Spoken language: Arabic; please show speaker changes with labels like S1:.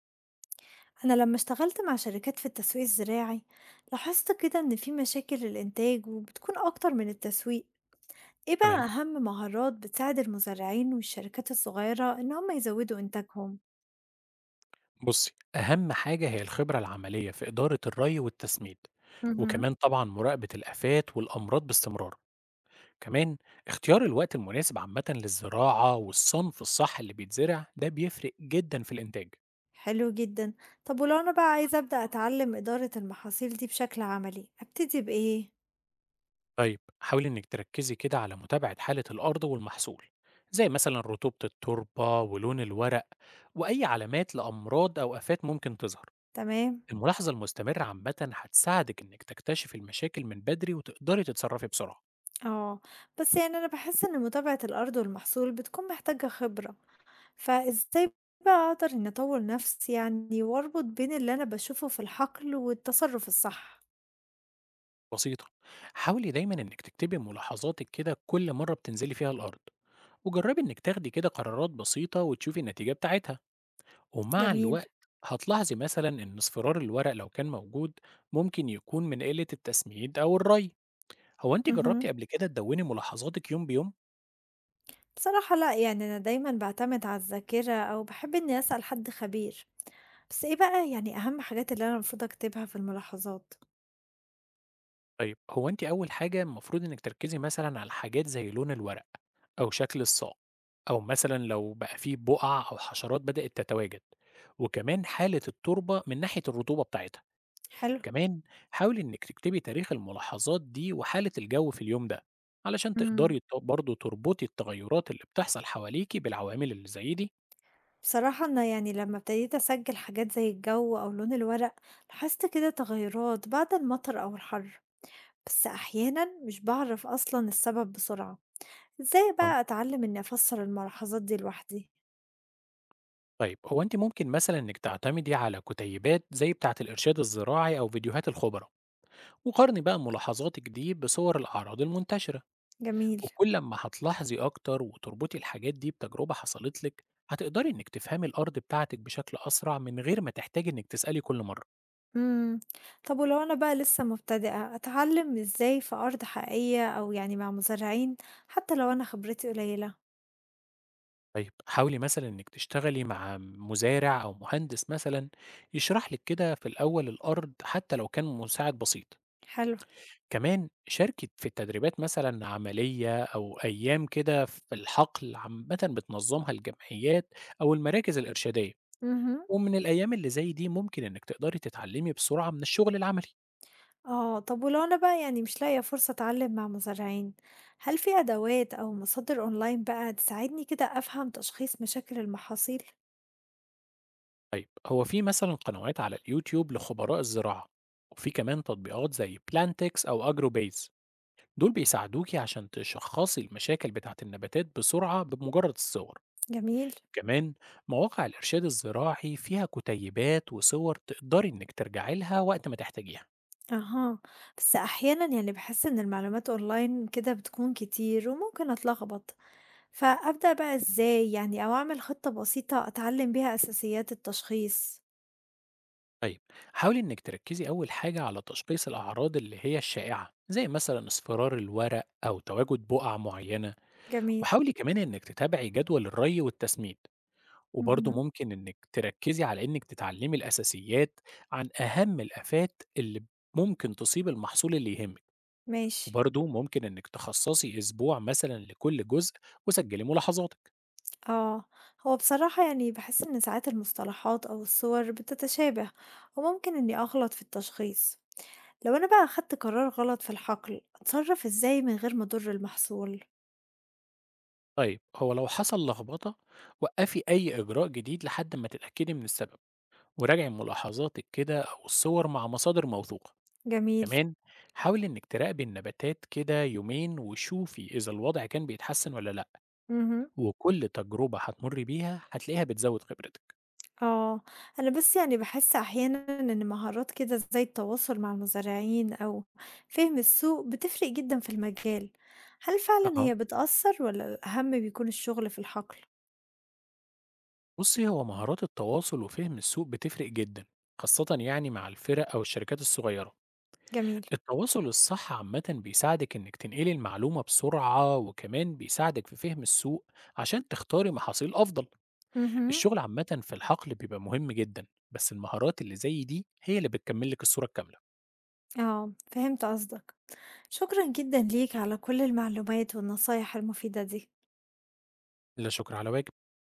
S1: أنا لما اشتغلت مع شركات في التسويق الزراعي، لاحظت كده إن في مشاكل الإنتاج وبتكون أكتر من التسويق. إيه
S2: تمام.
S1: بقى أهم مهارات بتساعد المزارعين والشركات الصغيرة إن هم يزودوا إنتاجهم؟
S2: بصي، أهم حاجة هي الخبرة العملية في إدارة الري والتسميد،
S1: مهم.
S2: وكمان طبعا مراقبة الآفات والأمراض باستمرار. كمان اختيار الوقت المناسب عامة للزراعة والصنف الصح اللي بيتزرع ده بيفرق جدا في الإنتاج.
S1: حلو جدا. طب ولو أنا بقى عايزة أبدأ أتعلم إدارة المحاصيل دي بشكل عملي، أبتدي بإيه؟
S2: طيب، حاولي إنك تركزي كده على متابعة حالة الأرض والمحصول، زي مثلا رطوبة التربة ولون الورق، وأي علامات لأمراض أو آفات ممكن تظهر.
S1: تمام؟
S2: الملاحظة المستمرة عامة هتساعدك إنك تكتشف المشاكل من بدري وتقدري تتصرفي بسرعة.
S1: آه، بس يعني أنا بحس إن متابعة الأرض والمحصول بتكون محتاجة خبرة، فإزاي بقى أقدر إني أطور نفسي يعني وأربط بين اللي أنا باشوفه في الحقل والتصرف الصح؟
S2: بسيطة، حاولي دايما إنك تكتبي ملاحظاتك كده كل مرة بتنزلي فيها الأرض، وجربي إنك تاخدي كده قرارات بسيطة وتشوفي النتيجة بتاعتها. ومع
S1: جميل.
S2: الوقت هتلاحظي مثلا إن اصفرار الورق لو كان موجود ممكن يكون من قلة التسميد أو الري. هو أنت جربتي
S1: اهم.
S2: قبل كده تدوني ملاحظاتك يوم بيوم؟
S1: بصراحة لأ، يعني أنا دايمًا باعتمد على الذاكرة أو باحب إني أسأل حد خبير، بس إيه بقى يعني أهم حاجات اللي أنا المفروض أكتبها في الملاحظات؟
S2: طيب، هو أنت أول حاجة المفروض إنك تركزي مثلا على حاجات زي لون الورق، أو شكل الساق، أو مثلا لو بقى فيه بقع أو حشرات بدأت تتواجد، وكمان حالة التربة من ناحية الرطوبة بتاعتها.
S1: حلو.
S2: كمان حاولي إنك تكتبي تاريخ الملاحظات دي وحالة الجو في اليوم ده، علشان
S1: امم
S2: تقدري برضه تربطي التغيرات اللي بتحصل حواليكي بالعوامل اللي زي دي.
S1: بصراحة أنا يعني لما ابتديت أسجل حاجات زي الجو أو لون الورق، لاحظت كده تغيرات بعد المطر أو الحر، بس أحيانا مش بعرف أصلا السبب بسرعة. إزاي
S2: اه،
S1: بقى أتعلّم إنّي أفسّر الملاحظات دي لوحدي؟
S2: طيب هو انت ممكن مثلا انك تعتمدي على كتيبات زي بتاعة الارشاد الزراعي او فيديوهات الخبراء، وقارني بقى ملاحظاتك دي بصور الاعراض المنتشرة.
S1: جميل.
S2: وكل ما هتلاحظي اكتر وتربطي الحاجات دي بتجربة حصلت لك، هتقدري انك تفهمي الارض بتاعتك بشكل اسرع من غير ما تحتاجي انك تسألي كل مرة.
S1: إمم، طب ولو أنا بقى لسّه مبتدئة، أتعلّم إزاي في أرض حقيقية أو يعني مع مزارعين، حتى لو أنا خبرتي قليّلة؟
S2: طيب، حاولي مثلا إنِك تشتغلي مع مزارع أو مهندس مثلا يشرح لك كده في الأول الأرض، حتى لو كان مساعد بسيط.
S1: حلو.
S2: كمان شاركت في التدريبات مثلا عملية أو أيام كده في الحقل عامة بتنظمها الجمعيات أو المراكز الإرشادية.
S1: اهم.
S2: ومن الأيام اللي زي دي ممكن إنك تقدري تتعلمي بسرعة من الشغل العملي.
S1: آه، طب ولو أنا بقى يعني مش لاقية فرصة أتعلّم مع مزارعين، هل في أدوات أو مصادر أونلاين بقى تساعدني كده أفهم تشخيص مشاكل المحاصيل؟
S2: طيب، هو في مثلا قنوات على اليوتيوب لخبراء الزراعة، وفي كمان تطبيقات زي بلانتكس أو أجرو بيز. دول بيساعدوكي عشان تشخصي المشاكل بتاعة النباتات بسرعة بمجرد الصور.
S1: جميل.
S2: كمان مواقع الإرشاد الزراعي فيها كتيبات وصور تقدري إنك ترجعي لها وقت ما تحتاجيها.
S1: أها، بس أحيانًا يعني باحس إن المعلومات أونلاين كده بتكون كتير وممكن أتلخبط. فأبدأ بقى إزاي يعني، أو أعمل خطة بسيطة أتعلم بيها أساسيات التشخيص؟
S2: طيب، حاولي إنك تركزي أول حاجة على تشخيص الأعراض اللي هي الشائعة، زي مثلا اصفرار الورق أو تواجد بقع معينة.
S1: جميل.
S2: وحاولي كمان إنك تتابعي جدول الري والتسميد، وبرضه
S1: مهم.
S2: ممكن إنك تركزي على إنك تتعلمي الأساسيات عن أهم الآفات اللي ممكن تصيب المحصول اللي يهمك.
S1: ماشي.
S2: وبرضه ممكن إنك تخصصي أسبوع مثلا لكل جزء وسجلي ملاحظاتك.
S1: اه، هو بصراحة يعني بحس إن ساعات المصطلحات أو الصور بتتشابه وممكن إني أغلط في التشخيص. لو أنا بقى أخدت قرار غلط في الحقل، أتصرف إزاي من غير ما أضر المحصول؟
S2: طيب، هو لو حصل لخبطة، وقفي أي إجراء جديد لحد ما تتأكدي من السبب، وراجعي ملاحظاتك كده أو الصور مع مصادر موثوقة.
S1: جميل.
S2: كمان حاولي إنك تراقبي النباتات كده يومين وشوفي إذا الوضع كان بيتحسن ولا لأ.
S1: مهم.
S2: وكل تجربة هتمر بيها هتلاقيها بتزود خبرتك.
S1: آه، أنا بس يعني باحس أحيانًا إن مهارات كده زي التواصل مع المزارعين أو فهم السوق بتفرق جدًا في المجال، هل فعلًا
S2: أها،
S1: هي بتأثّر والّا الأهم بيكون الشغل في الحقل؟
S2: بصي هو مهارات التواصل وفهم السوق بتفرق جدا، خاصة يعني مع الفرق أو الشركات الصغيرة.
S1: جميل.
S2: التواصل الصح عامة بيساعدك إنك تنقلي المعلومة بسرعة، وكمان بيساعدك في فهم السوق عشان تختاري محاصيل أفضل.
S1: اهم.
S2: الشغل عامة في الحقل بيبقى مهم جدا، بس المهارات اللي زي دي هي اللي بتكملك الصورة الكاملة.
S1: آه، فهمت قصدك. شكرًا جدًا ليك على كل المعلومات والنصايح المفيدة دي.
S2: لا شكر على واجب.